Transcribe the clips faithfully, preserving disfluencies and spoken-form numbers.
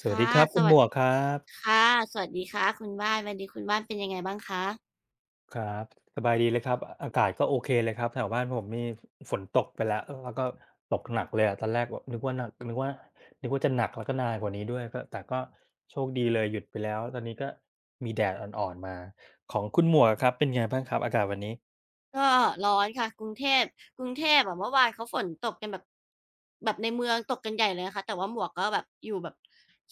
สวัสดีค่ะครับสคุณหมวัสดวกครับค่ะสวัสดีค่ะคุณบ้านวันนี้คุณบ้านเป็นยังไงบ้างคะ ครับสบายดีเลยครับออากาศก็โอเคเลยครับแถวบ้านผมนี่ฝนตกไปแล้วแล้วก็ตกหนักเลยอะตอนแรกแบบนึกว่าหนักนึกว่านึกว่าจะหนักแล้วก็นานกว่านี้ด้วยก็แต่ก็โชคดีเลยหยุดไปแล้วตอนนี้ก็มีแดดอ่อนๆมาของคุณหมวกอะครับเป็นไงบ้างครับอากาศวันนี้ก็ร้อนค่ะกรุงเทพกรุงเทพอะเมื่อวานเขาฝนตกกันแบบแบบในเมืองตกกันใหญ่เลยนะคะแต่ว่าหมวกก็แบบอยู่แบบ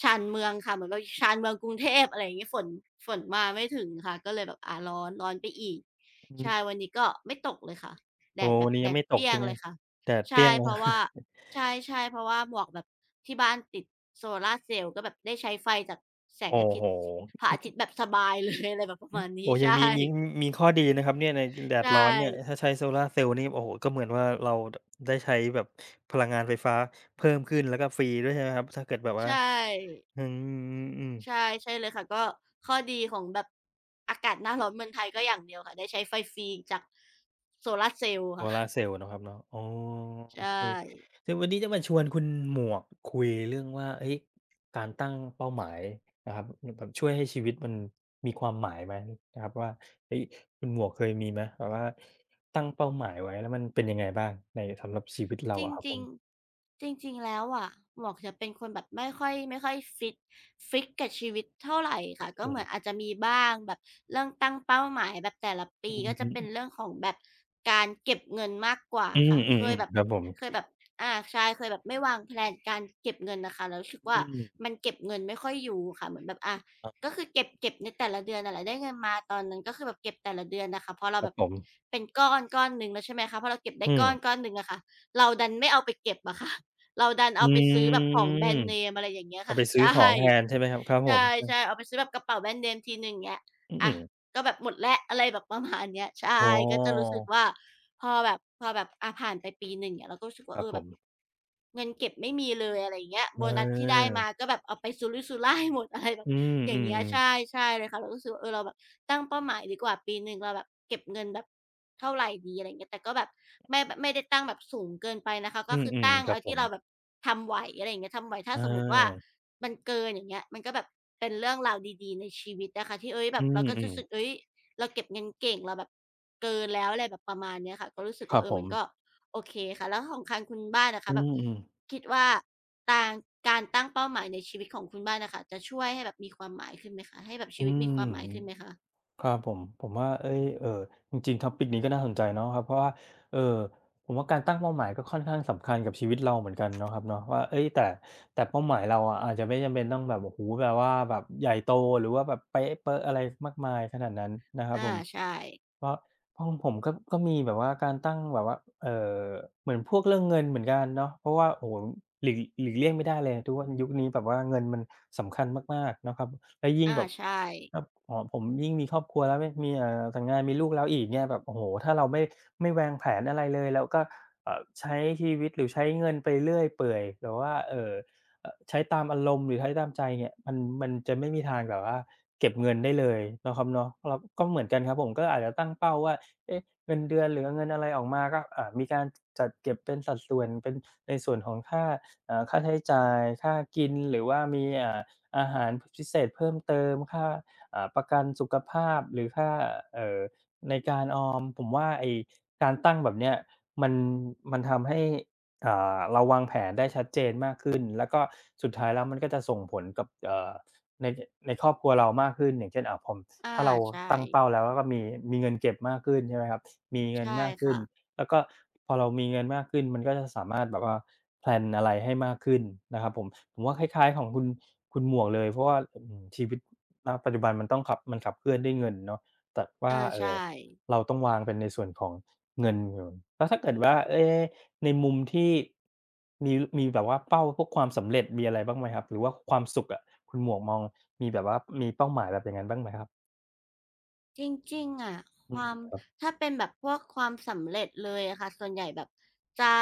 ชานเมืองค่ะเหมือนเราอยู่ชานเมืองกรุงเทพอะไรอย่างเงี้ยฝนฝนมาไม่ถึงค่ะก็เลยแบบอาร้อนร้อนไปอีกอืใช่มวันนี้ก็ไม่ตกเลยค่ะแดโอ้ดแบวับนนี้แดยังดไม่ตเปกรี้ยใช่งไหมเลยค่ะแดดเปรี้ใช่ยงเลเพราะว่ายใช่ๆเพราะว่าหมวกแบบที่บ้านติดโซลาร์เซลล์ก็แบบได้ใช้ไฟจากแสงโอ้อาทิตโฮ ย์พระอาทิตย์แบบสบายเลยอะไรแบบประมาณโอ้นี้ยังใช่มีมีมีข้อดีนะครับเนี่ยในแดดใช่ ร้อนเนี่ยถ้าใช้โซลาร์เซลล์นี่โอ้โฮก็เหมือนว่าเราดได้ใช้แบบพลังงานไฟฟ้าเพิ่มขึ้นแล้วก็ฟรีด้วยใช่ไหมครับถ้าเกิดแบบใชว่า่อืมๆๆใช่ใช่เลยค่ะก็ข้อดีของแบบอากาศหน้าร้อนเมืองไทยก็อย่างเดียวค่ะได้ใช้ไฟฟรีจากโซลาร์เซลล์โซลาร์ค่ะเซลล์เนาะครับเนาะอ๋อโอใช่ เคซึ่งวันนี้จะมาชวนคุณหมวกคุยเรื่องว่าเฮ้ยการตั้งเป้าหมายนะครับอแบบช่วยให้ชีวิตมันมีความหมายไหมนะครับว่าเฮ้ยคุณหมวกเคยมีไหมแบบว่าตั้งเป้าหมายไว้แล้วมันเป็นยังไงบ้างในสำหรับชีวิตเราจอะครับผริม งๆจริงๆแล้วอะหมวกจะเป็นคนแบบไม่ค่อยไม่ค่อยฟิกฟิกกับชีวิตเท่าไรค่ะก็อืเหมือนอามจจะมีบ้างแบบเรื่องตั้งเป้าหมายแบบแต่ละอืปีก็จะเป็นมเรื่องของแบบการเก็บเงินมากกว่าอืมค่ะอืมเคยแบบๆครับผมเคยแบบอาใช่เคยแบบไม่วางแพลนการเก็บเงินน่ะค่ะแล้วรู้สึกอืว่ามมันเก็บเงินไม่ค่อยอยู่ค่ะเหมือนแบบอาครัก็บคือเก็บเก็บในแต่ละเดือนนั่นแหละได้เงินมาตอนนั้นก็คือแบบเก็บแต่ละเดือนน่ะค่ะพอเราครัแบบบผมเป็นก้อนก้อนหนึ่งแล้วใช่ไหมคะพอเราเก็บได้อืก้อนมก้อนหนึ่งอะค่ะ เราดันไม่เอาไปเก็บอะค่ะ เราดันอืเอาไปมซื้อแบบของแบรนด์เนมอะไรอย่างเงี้ยเอาค่ะไปซื้อใช่ของแทนใช่ไหมครับ ครับใผมครัช่ๆบเอาไปซื้อแบบกระเป๋าแบรนด์เนมทีหนึ่งเงี้ยอือะมก็แบบหมดแล้วอะไรแบบประมาณเนี้ยใช่อ๋อก็จะรู้สึกว่าพอแบบพอแบบอะผ่านไปปีหนึ่งเงี้ยเราก็รู้สึกคว่ารัเอบอผแบมบเงินเก็บไม่มีเลยอะไรอย่างเงี้ยโบนัสที่ได้เออมาก็แบบเอาไปสุรุ่ยสุร่ายหมดอะไรแบบอือย่างมเงี้ยๆใช่ๆใช่เลยค่ะเรารู้สึกว่าเออเราแบบ ตั้งเป้าหมายดีกว่าปีหนึ่งเราแบบเก็บเงินแบบเท่าไรดีอะไรเงี้ยแต่ก็แบบไม่ไม่ได้ตั้งแบบสูงเกินไปนะคะอืก็คือมตั้งๆครับเอาผที่มเราแบบทำไหวอะไรอย่างเงี้ยทำไหวถ้าอาสมมุติว่ามันเกินอย่างเงี้ยมันก็แบบเป็นเรื่องราวดีๆในชีวิตนะคะที่เฮ้ยแบอืบเราก็จะมรู้สึกๆเฮ้ยเราเก็บเงินเก่งเราแบบเกินแล้วอะไรแบบประมาณเนี้ยค่ะก็รู้สึกครัว่าบเอผอมัมนก็โอเคค่ะแล้วของคันคุณบ้านนะอืคะแบบมๆคิดว่าตางการตั้งเป้าหมายในชีวิตของคุณบ้านน่ะค่ะจะช่วยให้แบบมีความหมายขึ้นไหมคะให้แบบอืชีวิตม มีความหมายขึ้นไหมคะ ครับผมผมว่าเอ้ยเออจริงๆ topic นี้ก็น่าสนใจเนาะครับเพราะว่าเออผมว่าการตั้งเป้าหมายก็ค่อนข้างสำคัญกับชีวิตเราเหมือนกันเนาะครับเนาะว่าเอ้ยแต่แต่เป้าหมายเราอะอาจจะไม่จำเป็นต้องแบบโอ้โฮแบบว่าแบบใหญ่โตหรือว่าแบบเป๊ะเป๊ะอะไรมากมายขนาดนั้นนะครับอาผมใช่เพราะเพราะของผมก็ก็มีแบบว่าการตั้งแบบว่าเอ่อเหมือนพวกเรื่องเงินเหมือนกันเนาะเพราะว่าโอ้โฮหลีกหลีกเลี่ยงไม่ได้เลยทุกวันยุคนี้แบบว่าเงินมันสำคัญมากๆเนาะครับ แล้วยิ่งอาแบบใช่ครับอ๋อผมยิ่งมีครอบครัวแล้วไม่มีเอ่อแต่งงานมีลูกแล้วอีกเนี่ยแบบโอ้โฮถ้าเราไม่ไม่วางแผนอะไรเลยแล้วก็เอ่อใช้ชีวิตหรือใช้เงินไปเรื่อยเปื่อยหรือว่าเอ่อเอ่อใช้ตามอารมณ์หรือใช้ตามใจเนี่ยมันมันจะไม่มีทางแบบว่าเก็บเงินได้เลยเนาะครับเนาะเราก็เหมือนกันครับผมก็อาจจะตั้งเป้าว่าเอ๊ะเงินเดือนหรือเงินอะไรออกมาก็อ่ามีการจัดเก็บเป็นสัดส่วนเป็นในส่วนของค่าเอ่อค่าใช้จ่ายค่ากินหรือว่ามีอ่า อาหารพิเศษเพิ่มเติมค่าอ่าประกันสุขภาพหรือค่าเอ่อในการออมผมว่าไอ้การตั้งแบบเนี้ยมันมันทำให้อ่าเราวางแผนได้ชัดเจนมากขึ้นแล้วก็สุดท้ายแล้วมันก็จะส่งผลกับเอ่อในในครอบครัวเรามากขึ้นอย่างเช่นอ่าผมอาถ้าเราใช่ตั้งเป้าแล้วแล้วก็มีมีเงินเก็บมากขึ้นใช่ไหมครับมีเงินใช่มากขึ้น ค่ะแล้วก็พอเรามีเงินมากขึ้นมันก็จะสามารถแบบว่าแพลนอะไรให้มากขึ้นนะครับผมผมว่าคล้ายๆของคุณคุณหมวกเลยเพราะว่าอืมชีวิตณปัจจุบันมันต้องขับมันขับเคลื่อนด้วยเงินเนาะแต่ว่าอาเอ่อใช่เราต้องวางเป็นในส่วนของเงินก่อนแล้วถ้าเกิดว่าเอ๊ในมุมที่มีมีแบบว่าเป้าพวกความสำเร็จมีอะไรบ้างไหมครับหรือว่าความสุขอะคุณหมวกมองมีแบบว่ามีเป้าหมายแบบอย่างนั้นบ้างไหมครับจริงๆอะอืคมวามครับถ้าเป็นแบบพวกความสำเร็จเลยอะค่ะส่วนใหญ่แบบจะ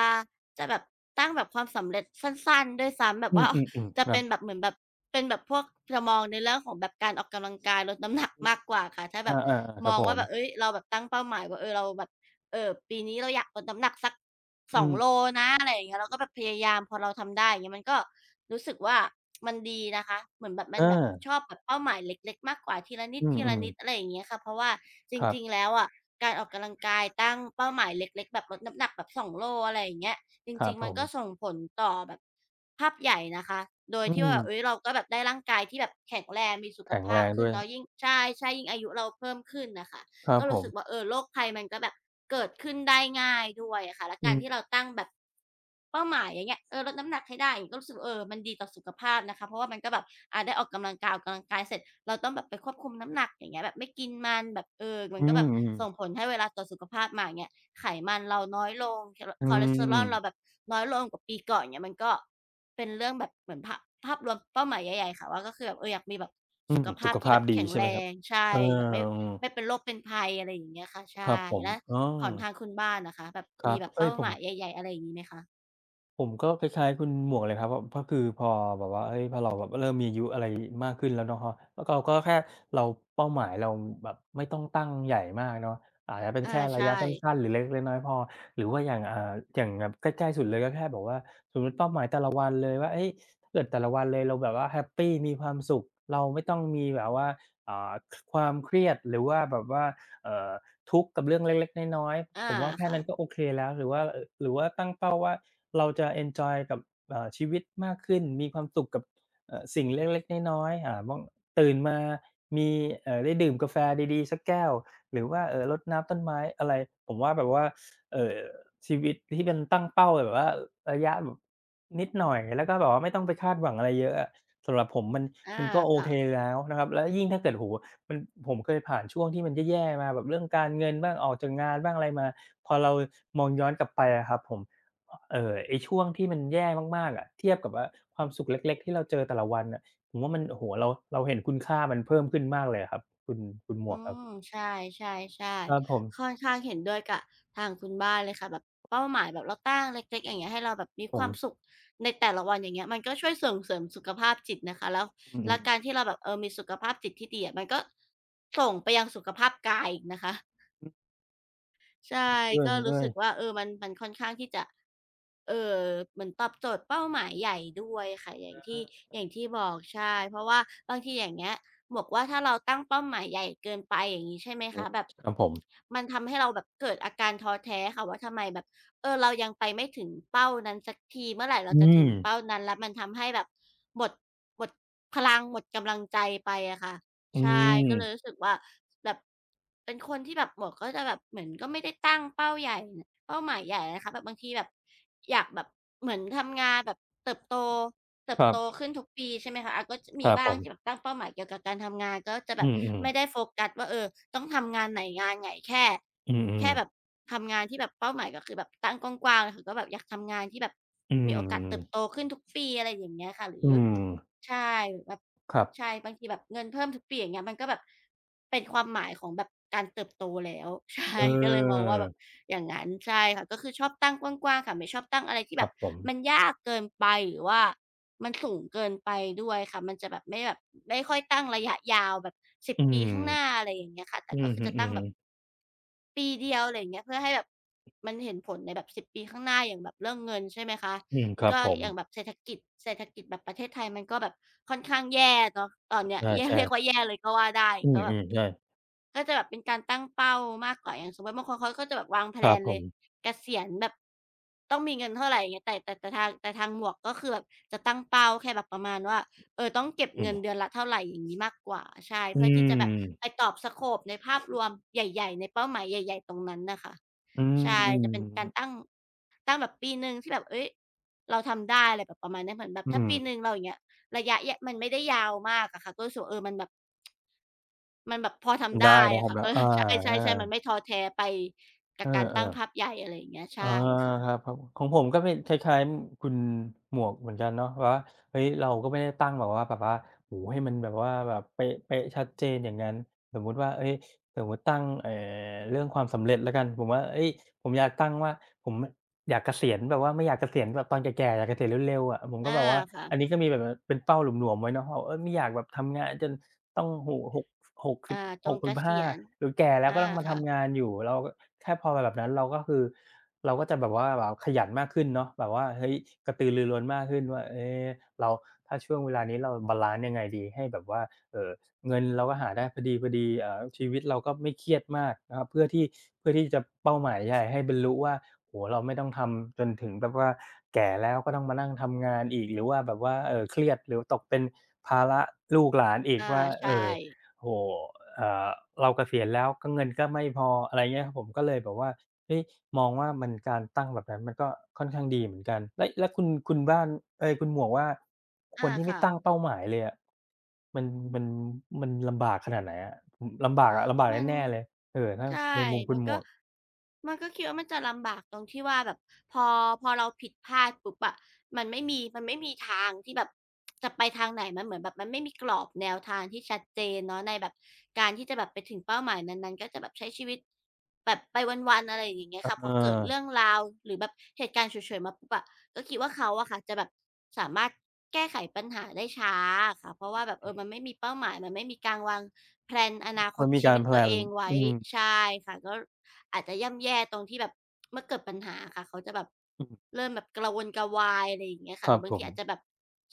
จะแบบตั้งแบบความสำเร็จสั้นๆด้วยซ้ำแบบอืว่า มๆ ๆจะครัเป็บนแบบเหมือนแบบเป็นแบบพวกจะมองในเรื่องของแบบการออกกำลังกายลดน้ำหนักมากกว่าค่ะถ้าอแบบาๆๆคมรับองผว่ามแบบเฮ้ยเราแบบตั้งเป้าหมายว่าเออเราแบบ เออปีนี้เราอยากลดน้ำหนักสักอืสองโลมนะอะไรอย่างเงี้ยเราก็แบบพยายามพอเราทำได้อย่างเงี้ยมันก็รู้สึกว่ามันดีนะคะเหมือนแบบเมันแบบออ ชอบแบบเป้าหมายเล็กๆมากกว่าทีละนิอืมอืมดๆอะไรอย่างเงี้ยค่ะเพราะว่าจครัริงๆบแล้วอะการออกกำลังกายตั้งเป้าหมายเล็กๆแบบลดน้ำหนักแบบสองโลอะไรอย่างเงี้ยจครับริงๆผมันมก็ส่งผลต่อแบบภาพใหญ่นะคะโดยอืที่ว่าแบบเฮ้ยมเราก็แบบได้ร่างกายที่แบบแข็งแรงมีสุขแข็งแรภาพงด้ขึ้วนยเนาะยิ่งใช่ๆยิ่งอายุเราเพิ่มขึ้นน่ะค่ะ ครับก็ผรู้มสึกว่าเออโรคภัยมันก็แบบเกิดขึ้นได้ง่ายด้วยอะค่ะและอืการมที่เราตั้งแบบเป้าหมายอย่างเงี้ยเออลดน้ำหนักให้ได้อย่างเงี้ยก็รู้สึกเออมันดีต่อสุขภาพนะคะเพราะว่ามันก็แบบอ่าได้ออกกำลังกายออกกำลังกายเสร็จเราต้องแบบไปควบคุมน้ำหนักอย่างเงี้ยแบบไม่กินมันแบบเออมัอืนก็แบบมส่งผลให้เวลาต่อสุขภาพมาอย่างเงี้ยไขมันเราน้อยลงอืคอเลมสเตอรอือมลเราแบบน้อยลงกว่าปีก่อนเงี้ยมันก็ เป็นเรื่องแบบเหมือนภาพภาพรวมเป้าหมายใหญ่ๆค่ะว่าก็คือแบบเอออยากมีแบบอืสุมขสุภาพขที่ภาแบพบดีแข็งใช่แรไหมครับงใช่เออแบบไม่อืมไม่เป็นโรคเป็นภัยอะไรอย่างเงี้ยค่ะใช่ครับผมแล้วอ๋อของทางคุณบ้านนะคะแบบครัมีบแบบเอ๊ยเป้าผหม มายใหญ่ๆอะไรอย่างงี้ไหมคะผมก็คล้ายๆคุณหมวกเลยครับเพราะคือพอแบบว่าเฮ้ยพอเราแบบเริ่มมีอายุอะไรมากขึ้นแล้วเนาะแล้วเราก็แค่เราเป้าหมายเราแบบไม่ต้องตั้งใหญ่มากเนาะอาจจะเป็นอาแค่ระใช่ยะสั้นๆหรือเล็กๆน้อยๆพอหรือว่าอย่างอ่าอย่างแบบใกล้ๆสุดเลยก็แค่แบบว่าสมมุติเป้าหมายแต่ละวันเลยว่าเฮ้ยถ้าเกิดแต่ละวันเลยเราแบบว่าแฮปปีมีความสุขเราไม่ต้องมีแบบว่าอ่าคความเครียดหรือว่าแบบว่าเอ่อทุกข์กับเรื่องเล็กๆน้อยอาๆผมว่าแค่ค่ะนั้นก็โอเคแล้วหรือว่าเอ่อหรือว่าตั้งเป้าว่า เราจะเอนจอยกับเอ่อชีวิตมากขึ้น มีความสุขกับเอ่อสิ่งเล็กๆ น้อยๆอ่าบางตื่นมา มีเอ่อได้ดื่มกาแฟดีๆสักแก้ว หรือว่าเออรดน้ำต้นไม้อะไรผมว่าแบบว่าเออชีวิตที่เป็นตั้งเป้าแบบว่าระยะแบบนิดหน่อย แล้วก็แบบว่าไม่ต้องไปคาดหวังอะไรเยอะอะสำหรับผมมันอามันก็โอค่ะ เคแล้วนะครับแล้วยิ่งถ้าเกิดโหมันผมเคยผ่านช่วงที่มันแย่ๆมาแบบเรื่องการเงินบ้างออกจากงานบ้างอะไรมาพอเรามองย้อนกลับไปอะครับผม เอ่อไอ้ช่วงที่มันแย่มากๆอะเทียบกับว่าความสุขเล็กๆที่เราเจอแต่ละวันน่ะผมว่ามันโอ้โฮเราเราเห็นคุณค่ามันเพิ่มขึ้นมากเลยอะครับคุณคุณหมอืวกครัมบใช่ครับๆผมๆค่อนข้างเห็นด้วยกับทางคุณบ้านเลยค่ะแบบเป้าหมายแบบเราตั้งเล็กๆอย่างเงี้ยให้เราแบบมีผคมวามสุขในแต่ละวันอย่างเงี้ยมันก็ช่วยส่งเสริมสุขภาพจิตนะคะแล้วอืแล้มวการที่เราแบบเออมีสุขภาพจิตที่ดีอะมันก็ส่งไปยังสุขภาพกายอีกนะคะ ๆใช่เห็นดยก็เหรู้สึกยว่าเออมันมันค่อนข้างที่จะเอ่อเหมือนตอบโจทย์เป้าหมายใหญ่ด้วยค่ะอย่างที่อย่างที่บอกใช่เพราะว่าบางทีอย่างเงี้ยหมวกว่าถ้าเราตั้งเป้าหมายใหญ่เกินไปอย่างงี้ใช่ไหมอืคะมแบบครับผมมันทำให้เราแบบเกิดอาการท้อแท้ค่ะว่าทำไมแบบเออเรายังไปไม่ถึงเป้านั้นสักทีเมื่อไหร่เราอืจะถึมงเป้านั้นแล้วมันทำให้แบบหมดหมดพลังหมดกำลังใจไปอะค่ะ อืใช่มก็เลยรู้สึกว่าแบบเป็นคนที่แบบหมวกก็จะแบบเหมือนก็ไม่ได้ตั้งเป้าใหญ่เป้าหมายใหญ่นะคะแบบบางทีแบบอยากแบบเหมือนทำงานแบบเติบโตเติคบรัโตบขึ้นทุกปีใช่ไหมคะอะก็จะคมีรับบ้าผงมที่แบบตั้งเป้าหมายเกี่ยวกับการทำงานก็จะแบอืบมไม่ได้โฟกัสว่าเออต้องทำงานไหนงานไหนแค่ๆอืแค่มๆแบบ ทำงานที่แบบเป้าหมายก็คือแบบตั้งกว้างๆเลยค่ะก็แบบอยากทำงานที่แบบอืมีโอกาสเติบโตมขึ้นทุกปีอะไรอย่างเงี้ยค่ะหรืออืมใช่แบบครับใช่บบางทีแบบเงินเพิ่มทุกปีอย่างเงี้ยมันก็แบบเป็นความหมายของแบบการเติบโตแล้ว ใช่เออก็เลยมองว่าแบบอย่างงั้นใช่ค่ะก็คือชอบตั้งกว้างๆค่ะไม่ชอบตั้งอะไรที่คแบรับบผมมันยากเกินไปหรือว่ามันสูงเกินไปด้วยค่ะมันจะแบบไม่แบบไม่ค่อยตั้งระยะยาวแบบสิบอืปีมข้างหน้าอะไรอย่างเงี้ยค่ะแต่อืก็อคือฮึจะตั้งแบบ ๆปีเดียวอะไรอย่างเงี้ยเพื่อให้แบบมันเห็นผลในแบบสิบปีข้างหน้าอย่างแบบเรื่องเงินใช่ไหมคะอืมครับก็ผมอย่างแบบเศรษฐกิจเศรษฐกิจแบบประเทศไทยมันก็แบบค่อนข้างแย่เนาะตอนเนี้ย แย่ใช่เรียกว่าๆแย่เลยก็ว่าได้อืก็แบบมๆใช่ก็จะแบบเป็นการตั้งเป้ามากกว่าอย่างสมมุติบางคนเขาก็จะแบบวางแพคลรับนผเลยมเกษียณแบบต้องมีเงินเท่าไรอย่างเงี้ยแต่แต่แต่ทางแต่ทางหมวกก็คือแบบจะตั้งเป้าแค่แบบประมาณว่า เออต้องเก็บอืเงิมนเดือนละเท่าไรอย่างงี้มากกว่าใช่อืเพื่อที่จะแบบไปม ตอบสโกปในภาพรวมใหญ่ๆในเป้าหมายใหญ่ๆตรงนั้นน่ะค่ะอืใช่จะเป็นการตั้มงตั้งแบบปีหนึ่งที่แบบเฮ้ยเราทำได้อะไรแบบประมาณเนี้ยเหมือนแบบอืถ้ามปีหนึ่งเราอย่างเงี้ยระยะยมันไม่ได้ยาวมากอะค่ะก็รู้สึกว่าเออมันแบบมันแบบพอมันทำได้ได้นะคอะรับค่ะ แล้เอวออใาช่ๆๆมันไม่ท้อแท้ไปๆกัเอบอการตั้งภาๆ พใหญ่อะไรอย่างเงี้ยอาใช่ค่ะครับผมของผมก็เป็นคล้ายๆคุณหมวกเหมือนกันเนาะแบบว่าเฮ้ยเราก็ไม่ได้ตั้งแบบว่าแบบว่าโอ้โฮให้มันแบบว่าแบบเป๊ะๆชัดเจนอย่างงั้นสมมุติว่าเฮ้ยสมมุติตั้งเอ่อเรื่องความสำเร็จแล้วกันผมว่าเฮ้ยผมอยากตั้งว่าผมอะอยากเกษียณแบบว่าไม่อยากเกษียณแบบตอนแก่ๆอยากเกษียณเร็วๆอะผมก็อาแบบว่าอันนี้ค่ะก็มีแบบว่าเป็นเป้าหลวมๆไว้เนาะว่าเฮ้ยไม่อยากแบบทำงานจนต้องโอ้โฮหกหกอาตหรกงเกสิบห้ห้าษียณหรือแก่แล้วก็อาต้องมาค่ะทำงานอยู่เราก็แค่พอแบบนั้นเราก็คือ เราก็จะแบบว่าแบบขยันมากขึ้นเนาะแบบว่าเฮ้ยกระตือรือร้นมากขึ้นว่าเอ๊ะเราถ้าช่วงเวลานี้เราบาลันซ์ยังไงดีให้แบบว่าเอ่อเงินเราก็หาได้พอดีๆเอ่อชีวิตเราก็ไม่เครียดมากนะครับเพื่อที่เพื่อที่จะเป้าหมายใหญ่ให้บรรลุว่าโอ้โฮเราไม่ต้องทำจนถึงแบบว่าแก่แล้วก็ต้องมานั่งทำงานอีกหรือว่าแบบว่าเอ่อเครียดหรือตกเป็นภาระลูกหลานอีกอาว่าใช่เอ่อโอ้โฮเอ่อเราเกษียณแล้วก็เงินก็ไม่พออะไรเงี้ยครับผมก็เลยแบบว่า เฮ้ยมองว่ามันการตั้งแบบนั้นมันก็ค่อนข้างดีเหมือนกันแล้วแล้วคุณคุณบ้านเอ๊ยคุณหมวกว่าคอานที่ไม่ค่ะ ตั้งเป้าหมายเลยอะมันมันมันลำบากขนาดไหนอะอืมลำบากอะลำบากมันแน่ๆเลยเอ่อถ้าใช่ในมุมคุมัณนหมก็วกมันก็คิดว่ามันจะลำบากตรงที่ว่าแบบพอพอเราผิดพลาดปุ๊บอะมันไม่มีมันไม่มีทางที่แบบจะไปทางไหนมันเหมือนแบบมันไม่มีกรอบแนวทางที่ชัดเจนเนาะในแบบการที่จะแบบไปถึงเป้าหมายนั้นๆก็จะแบบใช้ชีวิตแบบไปวันๆอะไรอย่างเงี้เยค่ะพอเกิดเรื่ออองราวหรือแบบเหตุการณ์ฉุกเฉินมาปุ๊บอะก็คิดว่าเขาอะค่ะจะแบบสามารถแก้ไขปัญหาได้ช้าอะค่ะเพราะว่าแบบเออมันไม่มีเป้าหมายมันไม่มีการวาง แพลนอนาคมัตนมีชีการวิตแพลตัวนเองไว้อืมใช่ค่ะก็อาจจะย่ำแย่ตรงที่แบบเมื่อเกิดปัญหาค่ะเขาจะแบบอืมเริ่มแบบกระวนกระวายอะไรอย่างเงี้ยคค่ะหรัรืบอบาผงทีมอาจจะแบบ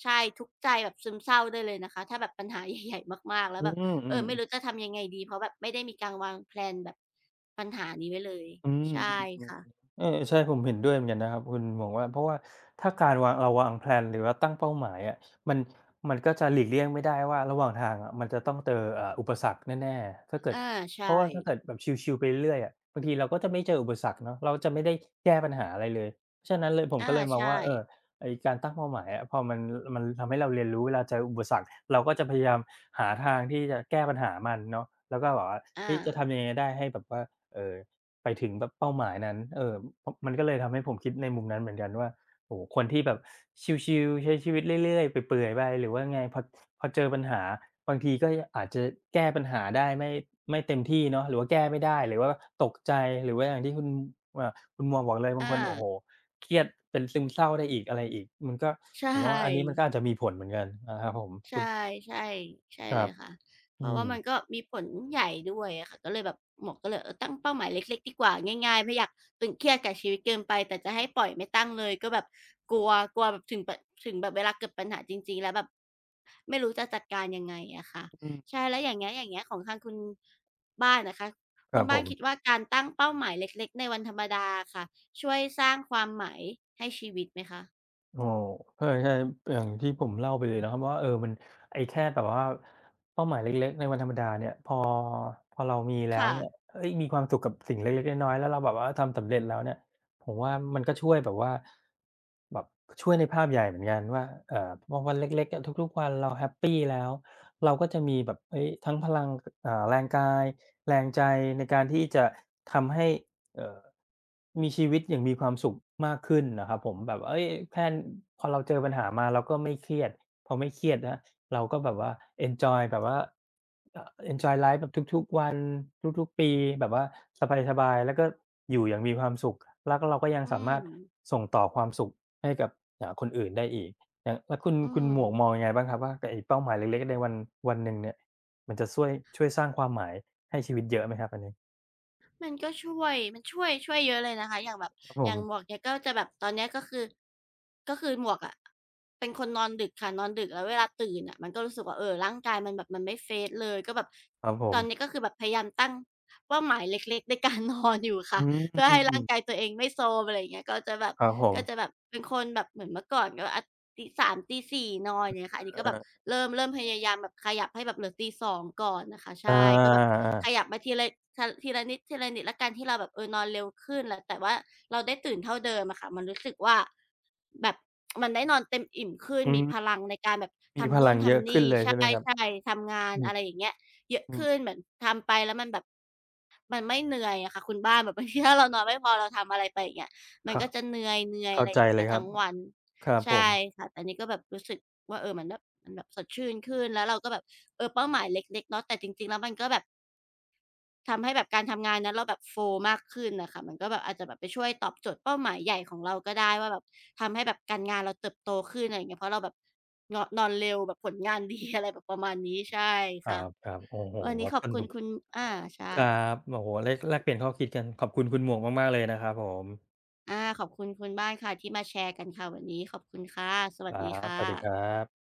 ใช่ทุกข์ใจแบบซึมเศร้าได้เลยนะคะถ้าแบบปัญหาใหญ่ๆมากๆแล้อืวแบบมอืเอม อไม่รู้จะทำยังไงดีเพราะแบบไม่ได้มีการวางแพลนแบบปัญหานี้ไว้เลยอืใช่มค่ะเออใช่ผมเห็นด้วยเหมือนกันนะครับคุณหมวกว่าเพราะว่าถ้าการวางเราวางแพลนหรือว่าตั้งเป้าหมายอะมันมันก็จะหลีกเลี่ยงไม่ได้ว่าระหว่างทางอะมันจะต้องเจอเอ่ออุปสรรคแน่ๆถ้าเกิดอาเพใช่ราะว่าถ้าเกิดแบบชิลๆไปเรื่อยๆอะบางทีเราก็จะไม่เจออุปสรรคเนาะเราจะไม่ได้แก้ปัญหาอะไรเลยฉะนั้นเลยผมก็อาเลยมองใช่ว่าเออไอ้การตั้งเป้าหมายอะพอมันมันทำให้เราเรียนรู้เวลาเจออุปสรรคเราก็จะพยายามหาทางที่จะแก้ปัญหามันเนาะแล้วก็แบบว่าอาเฮ้ยจะทำยังไงได้ให้แบบว่าเอ่อ ไปถึงแบบเป้าหมายนั้นเอ่อพมันก็เลยทำให้ผมคิดในมุมนั้นเหมือนกันว่าโอ้โฮคนที่แบบชิลๆใช้ชีวิตเรื่อยๆเปื่อยๆไปหรือว่าไงพอพอเจอปัญหาบางทีก็อาจจะแก้ปัญหาได้ไม่ไม่เต็มที่เนาะหรือว่าแก้ไม่ได้หรือว่าตกใจหรือว่าอย่างที่คุณอ่าคุณหมวกบอกเลยบางคอานโอ้โฮเครียดเป็นซึมเศร้าได้อีกอะไรอีกมันก็ใช่ ผมว่าอันนี้มันก็อาจจะมีผลเหมือนกันนะครับผมคุใช่ณใช่ใช่คเลรับยค่ะเพอืราะว่ามมันก็มีผลใหญ่ด้วยอะค่ะก็เลยแบบหมวกก็เลยเออตั้งเป้าหมายเล็กๆดีกว่าง่ายๆไม่อยากตึงเครียดกับชีวิตเกินไปแต่จะให้ปล่อยไม่ตั้งเลยก็แบบกลัวกลัวแบบถึงแบบถึงแบบเวลาเกิดปัญหาจริงๆแล้วแบบไม่รู้จะจัดการยังไงอะค่ะอืมใช่แล้วอย่างเงี้ยอย่างเงี้ยของทางคุณบ้านนะคะคคุรัณบผบ้านคิดม ว่าการตั้งเป้าหมายเล็กๆในวันธรรมดาอะค่ะช่วยสร้างความหมายให้ชีวิตไหมคะโอ้ใช่ใช่อย่างที่ผมเล่าไปเลยนะครับว่าเออมันไอ้แค่แบบว่าเป้าหมายเล็กๆในวันธรรมดาเนี่ยพอพอเรามีแล้วค่ะเนี่ยเฮ้ยมีความสุขกับสิ่งเล็กๆน้อยๆแล้วเราแบบว่าทำสำเร็จแล้วเนี่ยผมว่ามันก็ช่วยแบบว่าแบบช่วยในภาพใหญ่เหมือนกันว่าเอ่อพอวันเล็กๆอะทุกๆวันเราแฮปปีแล้วเราก็จะมีแบบเฮ้ยทั้งพลังอ่าแรงกายแรงใจในการที่จะทำให้ เอ่อมีชีวิตอย่างมีความสุขมากขึ้นนะครับผมแบบเฮ้ยแค่พอเราเจอปัญหามาเราก็ไม่เครียดพอไม่เครียดนะเราก็แบบว่าเอนจอยแบบว่าเอ่อเอนจอยไลฟ์แบบทุกๆวันทุกๆปีแบบว่าสบายๆแล้วก็อยู่อย่างมีความสุขแล้วก็เราก็ยังอืสามามรถส่งต่อความสุขให้กับอ่าคนอื่นได้อีกอย่างแล้วคุณอืคุณม หมวกมองยังไงบ้างครับว่ากับไอ้เป้าหมายเล็กๆในวันวันหนึ่งเนี่ยมันจะช่วยช่วยสร้างความหมายให้ชีวิตเยอะไหมครับอันนี้มันก็ช่วยมันช่วยช่วยเยอะเลยนะคะอย่างแบบครับผอย่างหมวกมเนี่ยก็จะแบบตอนเนี้ยก็คือก็คือหมวกอะเป็นคนนอนดึกค่ะนอนดึกแล้วเวลาตื่นอะมันก็รู้สึกว่าเออร่างกายมันแบบมันไม่เ r e s เลยก็แบบครับผตม อนนี้ก็คือแบบพยายามตั้งเป้าหมายเล็กๆในการ นอนอยู่อืค่ะ มเพื่ออืให้มร่างกายตัวเองไม่โทรมอะไรอย่างเงี้ยก็จะแบบครับผมก็จะแบบเป็นคนแบบเหมือนเมื่อก่อนก็อาตีตีสามตีตีสี่นอนอย่างเงี้ยค่ะอันนี้ก็แบบอาเริ่มเริ่มพยายามแบบขยับให้แบบเหลือตีตีสองก่อนน่ะค่ะอาใช่ก็แบบขยัๆบมาทีละททีละนิดทีละนิดแล้วกันที่เราแบบเออนอนเร็วขึ้นแล้วแต่ว่าเราได้ตื่นเท่าเดิมอะค่ะมันรู้สึกว่าแบบมันได้นอนเต็มอิ่มขึ้นอืมีพมลังในการแบบมีพทำลันู่นงเยอะทำขึ้นนี่เลยใช่ไหมครับใช่ๆทำงานอืมอะไรอย่างเงี้ย เยอะอืมขึ้นเหมือนทำไปแล้วมันแบบมันไม่เหนื่อยอะค่ะคุณบ้านแบบ บางทีถ้าเรานอนไม่พอเราทำอะไรไปอย่างเงี้ยมันเข้าก็จะเหนื่อยๆเข้าอะไรใจอย่างเลเงี้ยยครัทั้บงวันครับผใช่มค่ะแต่นี่ก็แบบรู้สึกว่าเออมันแบบมันแบบสดชื่นขึ้นแล้วเราก็แบบเออเป้าหมายเล็กๆเนาะแต่จริงๆแล้วมันก็แบบทำให้แบบการทำงานนั้นเราแบบโฟลว์มากขึ้นน่ะค่ะมันก็แบบอาจจะแบบไปช่วยตอบโจทย์เป้าหมายใหญ่ของเราก็ได้ว่าแบบทำให้แบบการงานเราเติบโตขึ้นอะไรอย่างเงี้ยเพราะเราแบบงอนนอนเร็วแบบผลงานดี อะไรแบบประมาณนี้ใช่คค่ะ รับๆโอ้โฮวันนี้ขสอบคุณนุกคุณอาใช่ครับโอ้โฮแลกแลกเปลี่ยนข้อคิดกันขอบคุณคุณหมวกมากๆเลยนะครับผมอาขอบคุณคุณบ้านค่ะที่มาแชร์กันค่ะวันนี้ขอบคุณค่ะ สควัสรัดีบค่สวัสดีครัะบ